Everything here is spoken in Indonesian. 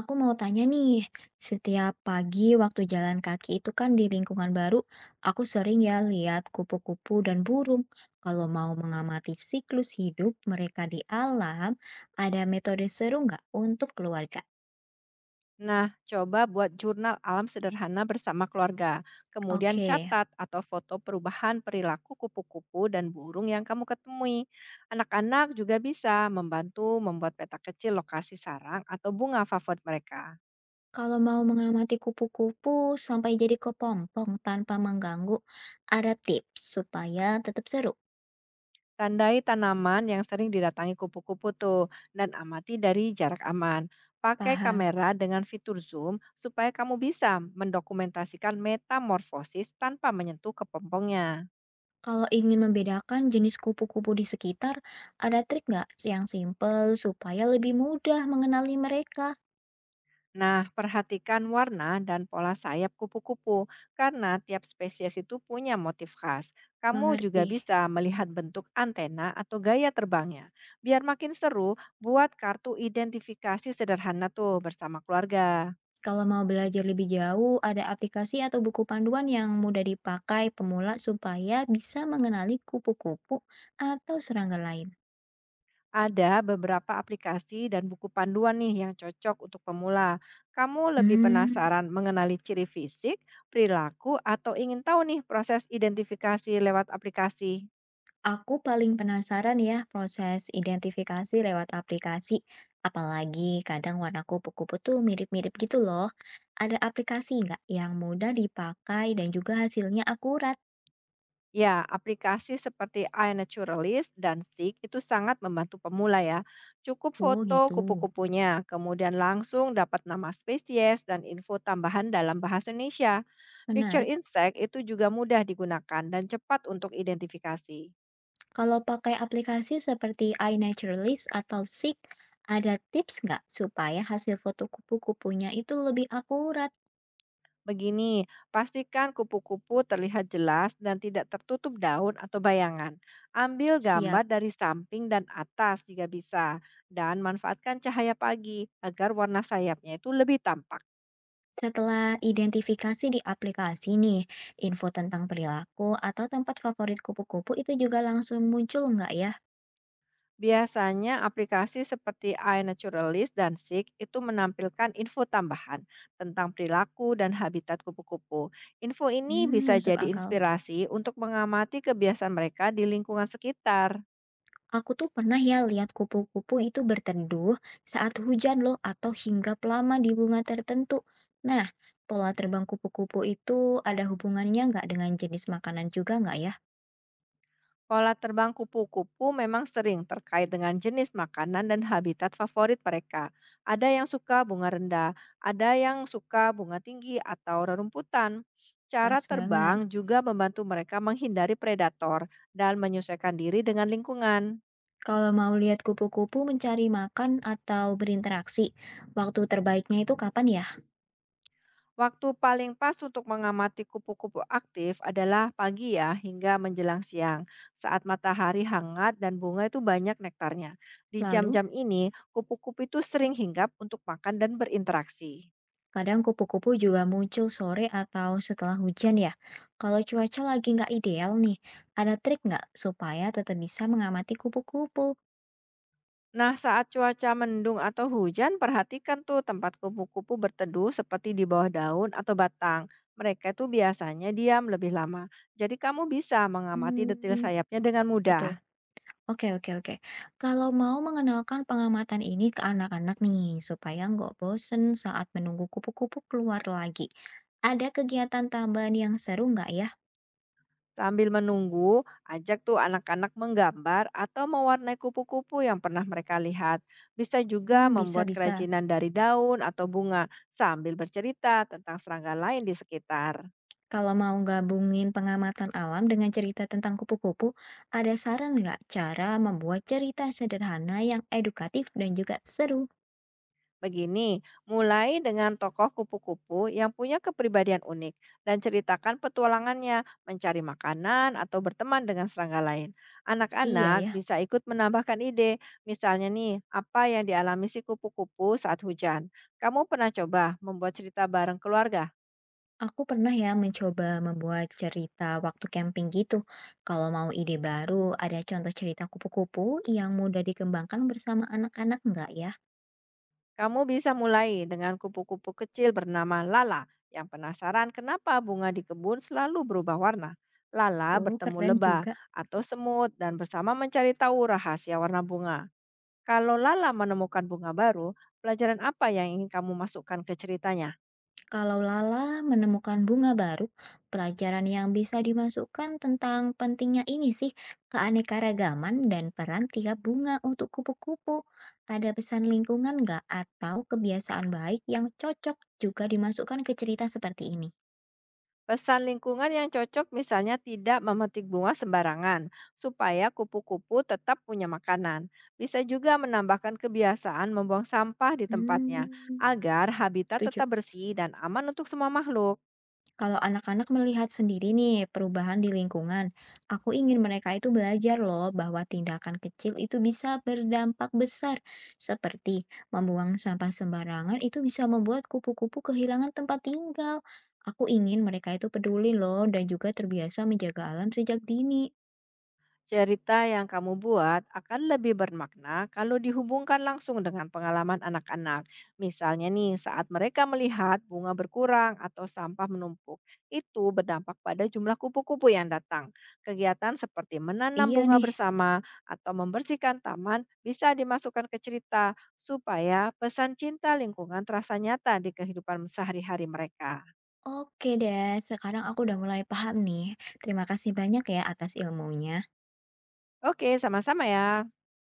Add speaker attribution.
Speaker 1: Aku mau tanya nih, setiap pagi waktu jalan kaki itu kan di lingkungan baru, aku sering ya lihat kupu-kupu dan burung. Kalau mau mengamati siklus hidup mereka di alam, ada metode seru nggak untuk keluarga?
Speaker 2: Nah, coba buat jurnal alam sederhana bersama keluarga. Kemudian
Speaker 1: Oke,
Speaker 2: catat atau foto perubahan perilaku kupu-kupu dan burung yang kamu ketemui. Anak-anak juga bisa membantu membuat peta kecil lokasi sarang atau bunga favorit mereka.
Speaker 1: kalau mau mengamati kupu-kupu sampai jadi kepompong tanpa mengganggu, ada tips supaya tetap seru.
Speaker 2: Tandai tanaman yang sering didatangi kupu-kupu tuh dan amati dari jarak aman. Pakai
Speaker 1: Paham?
Speaker 2: kamera dengan fitur zoom supaya kamu bisa mendokumentasikan metamorfosis tanpa menyentuh kepompongnya.
Speaker 1: Kalau ingin membedakan jenis kupu-kupu di sekitar, ada trik nggak yang simple supaya lebih mudah mengenali mereka?
Speaker 2: Nah, perhatikan warna dan pola sayap kupu-kupu karena tiap spesies itu punya motif khas. Kamu juga
Speaker 1: Mengerti.
Speaker 2: bisa melihat bentuk antena atau gaya terbangnya. Biar makin seru, buat kartu identifikasi sederhana tuh bersama keluarga.
Speaker 1: Kalau mau belajar lebih jauh, ada aplikasi atau buku panduan yang mudah dipakai pemula supaya bisa mengenali kupu-kupu atau serangga lain.
Speaker 2: Ada beberapa aplikasi dan buku panduan nih yang cocok untuk pemula. Kamu lebih
Speaker 1: Hmm.
Speaker 2: penasaran mengenali ciri fisik, perilaku, atau ingin tahu nih proses identifikasi lewat aplikasi?
Speaker 1: Aku paling penasaran ya proses identifikasi lewat aplikasi, apalagi kadang warna kupu-kupu tuh mirip-mirip gitu loh. Ada aplikasi nggak yang mudah dipakai dan juga hasilnya akurat?
Speaker 2: Ya, aplikasi seperti iNaturalist dan Seek itu sangat membantu pemula ya. Cukup
Speaker 1: Oh
Speaker 2: foto
Speaker 1: gitu,
Speaker 2: kupu-kupunya, kemudian langsung dapat nama spesies dan info tambahan dalam bahasa Indonesia. Picture
Speaker 1: menarik.
Speaker 2: Insect itu juga mudah digunakan dan cepat untuk identifikasi.
Speaker 1: Kalau pakai aplikasi seperti iNaturalist atau Seek, ada tips nggak supaya hasil foto kupu-kupunya itu lebih akurat?
Speaker 2: Begini, pastikan kupu-kupu terlihat jelas dan tidak tertutup daun atau bayangan. Ambil gambar
Speaker 1: Siap.
Speaker 2: dari samping dan atas jika bisa, dan manfaatkan cahaya pagi agar warna sayapnya itu lebih tampak.
Speaker 1: Setelah identifikasi di aplikasi nih, info tentang perilaku atau tempat favorit kupu-kupu itu juga langsung muncul nggak ya?
Speaker 2: Biasanya aplikasi seperti iNaturalist dan Seek itu menampilkan info tambahan tentang perilaku dan habitat kupu-kupu. Info ini
Speaker 1: Hmm,
Speaker 2: bisa
Speaker 1: masuk
Speaker 2: jadi
Speaker 1: akal.
Speaker 2: inspirasi untuk mengamati kebiasaan mereka di lingkungan sekitar.
Speaker 1: Aku tuh pernah ya lihat kupu-kupu itu berteduh saat hujan loh atau hinggap lama di bunga tertentu. Nah, pola terbang kupu-kupu itu ada hubungannya nggak dengan jenis makanan juga nggak ya?
Speaker 2: Pola terbang kupu-kupu memang sering terkait dengan jenis makanan dan habitat favorit mereka. Ada yang suka bunga rendah, ada yang suka bunga tinggi atau rerumputan.
Speaker 1: Pas
Speaker 2: Cara
Speaker 1: banget.
Speaker 2: terbang juga membantu mereka menghindari predator dan menyesuaikan diri dengan lingkungan.
Speaker 1: Kalau mau lihat kupu-kupu mencari makan atau berinteraksi, waktu terbaiknya itu kapan ya?
Speaker 2: Waktu paling pas untuk mengamati kupu-kupu aktif adalah pagi ya hingga menjelang siang saat matahari hangat dan bunga itu banyak nektarnya. Di
Speaker 1: Lalu?
Speaker 2: jam-jam ini, kupu-kupu itu sering hinggap untuk makan dan berinteraksi.
Speaker 1: Kadang kupu-kupu juga muncul sore atau setelah hujan ya. Kalau cuaca lagi nggak ideal nih, ada trik nggak supaya tetap bisa mengamati kupu-kupu?
Speaker 2: Nah, saat cuaca mendung atau hujan, perhatikan tuh tempat kupu-kupu berteduh seperti di bawah daun atau batang. Mereka itu biasanya diam lebih lama. Jadi kamu bisa mengamati detil
Speaker 1: Hmm,
Speaker 2: sayapnya dengan mudah.
Speaker 1: betul. Oke, oke, oke. Kalau mau mengenalkan pengamatan ini ke anak-anak nih, supaya nggak bosen saat menunggu kupu-kupu keluar lagi. Ada kegiatan tambahan yang seru nggak ya?
Speaker 2: Sambil menunggu, ajak tuh anak-anak menggambar atau mewarnai kupu-kupu yang pernah mereka lihat. Bisa juga
Speaker 1: Hmm,
Speaker 2: membuat
Speaker 1: bisa-bisa.
Speaker 2: kerajinan dari daun atau bunga sambil bercerita tentang serangga lain di sekitar.
Speaker 1: Kalau mau gabungin pengamatan alam dengan cerita tentang kupu-kupu, ada saran nggak cara membuat cerita sederhana yang edukatif dan juga seru?
Speaker 2: Begini, mulai dengan tokoh kupu-kupu yang punya kepribadian unik dan ceritakan petualangannya mencari makanan atau berteman dengan serangga lain.
Speaker 1: Iya
Speaker 2: Anak-anak
Speaker 1: ya,
Speaker 2: bisa ikut menambahkan ide, misalnya nih, apa yang dialami si kupu-kupu saat hujan. Kamu pernah coba membuat cerita bareng keluarga?
Speaker 1: aku pernah ya mencoba membuat cerita waktu camping gitu. Kalau mau ide baru, ada contoh cerita kupu-kupu yang mudah dikembangkan bersama anak-anak nggak ya?
Speaker 2: Kamu bisa mulai dengan kupu-kupu kecil bernama Lala yang penasaran kenapa bunga di kebun selalu berubah warna. Lala
Speaker 1: Oh,
Speaker 2: bertemu
Speaker 1: keren
Speaker 2: lebah
Speaker 1: juga.
Speaker 2: atau semut dan bersama mencari tahu rahasia warna bunga. Kalau Lala menemukan bunga baru, pelajaran apa yang ingin kamu masukkan ke ceritanya?
Speaker 1: Kalau Lala menemukan bunga baru, pelajaran yang bisa dimasukkan tentang pentingnya ini sih keanekaragaman dan peran tiap bunga untuk kupu-kupu. Ada pesan lingkungan nggak atau kebiasaan baik yang cocok juga dimasukkan ke cerita seperti ini?
Speaker 2: Pesan lingkungan yang cocok misalnya tidak memetik bunga sembarangan, supaya kupu-kupu tetap punya makanan. Bisa juga menambahkan kebiasaan membuang sampah di tempatnya,
Speaker 1: Hmm,
Speaker 2: agar habitat
Speaker 1: setuju.
Speaker 2: tetap bersih dan aman untuk semua makhluk.
Speaker 1: Kalau anak-anak melihat sendiri nih perubahan di lingkungan, aku ingin mereka itu belajar loh bahwa tindakan kecil itu bisa berdampak besar. Seperti membuang sampah sembarangan itu bisa membuat kupu-kupu kehilangan tempat tinggal. Aku ingin mereka itu peduli loh dan juga terbiasa menjaga alam sejak dini.
Speaker 2: Cerita yang kamu buat akan lebih bermakna kalau dihubungkan langsung dengan pengalaman anak-anak. Misalnya nih, saat mereka melihat bunga berkurang atau sampah menumpuk, itu berdampak pada jumlah kupu-kupu yang datang. Kegiatan seperti menanam
Speaker 1: Iya
Speaker 2: bunga
Speaker 1: nih.
Speaker 2: bersama atau membersihkan taman bisa dimasukkan ke cerita supaya pesan cinta lingkungan terasa nyata di kehidupan sehari-hari mereka.
Speaker 1: Oke deh, sekarang aku udah mulai paham nih. Terima kasih banyak ya atas ilmunya.
Speaker 2: Oke, sama-sama ya.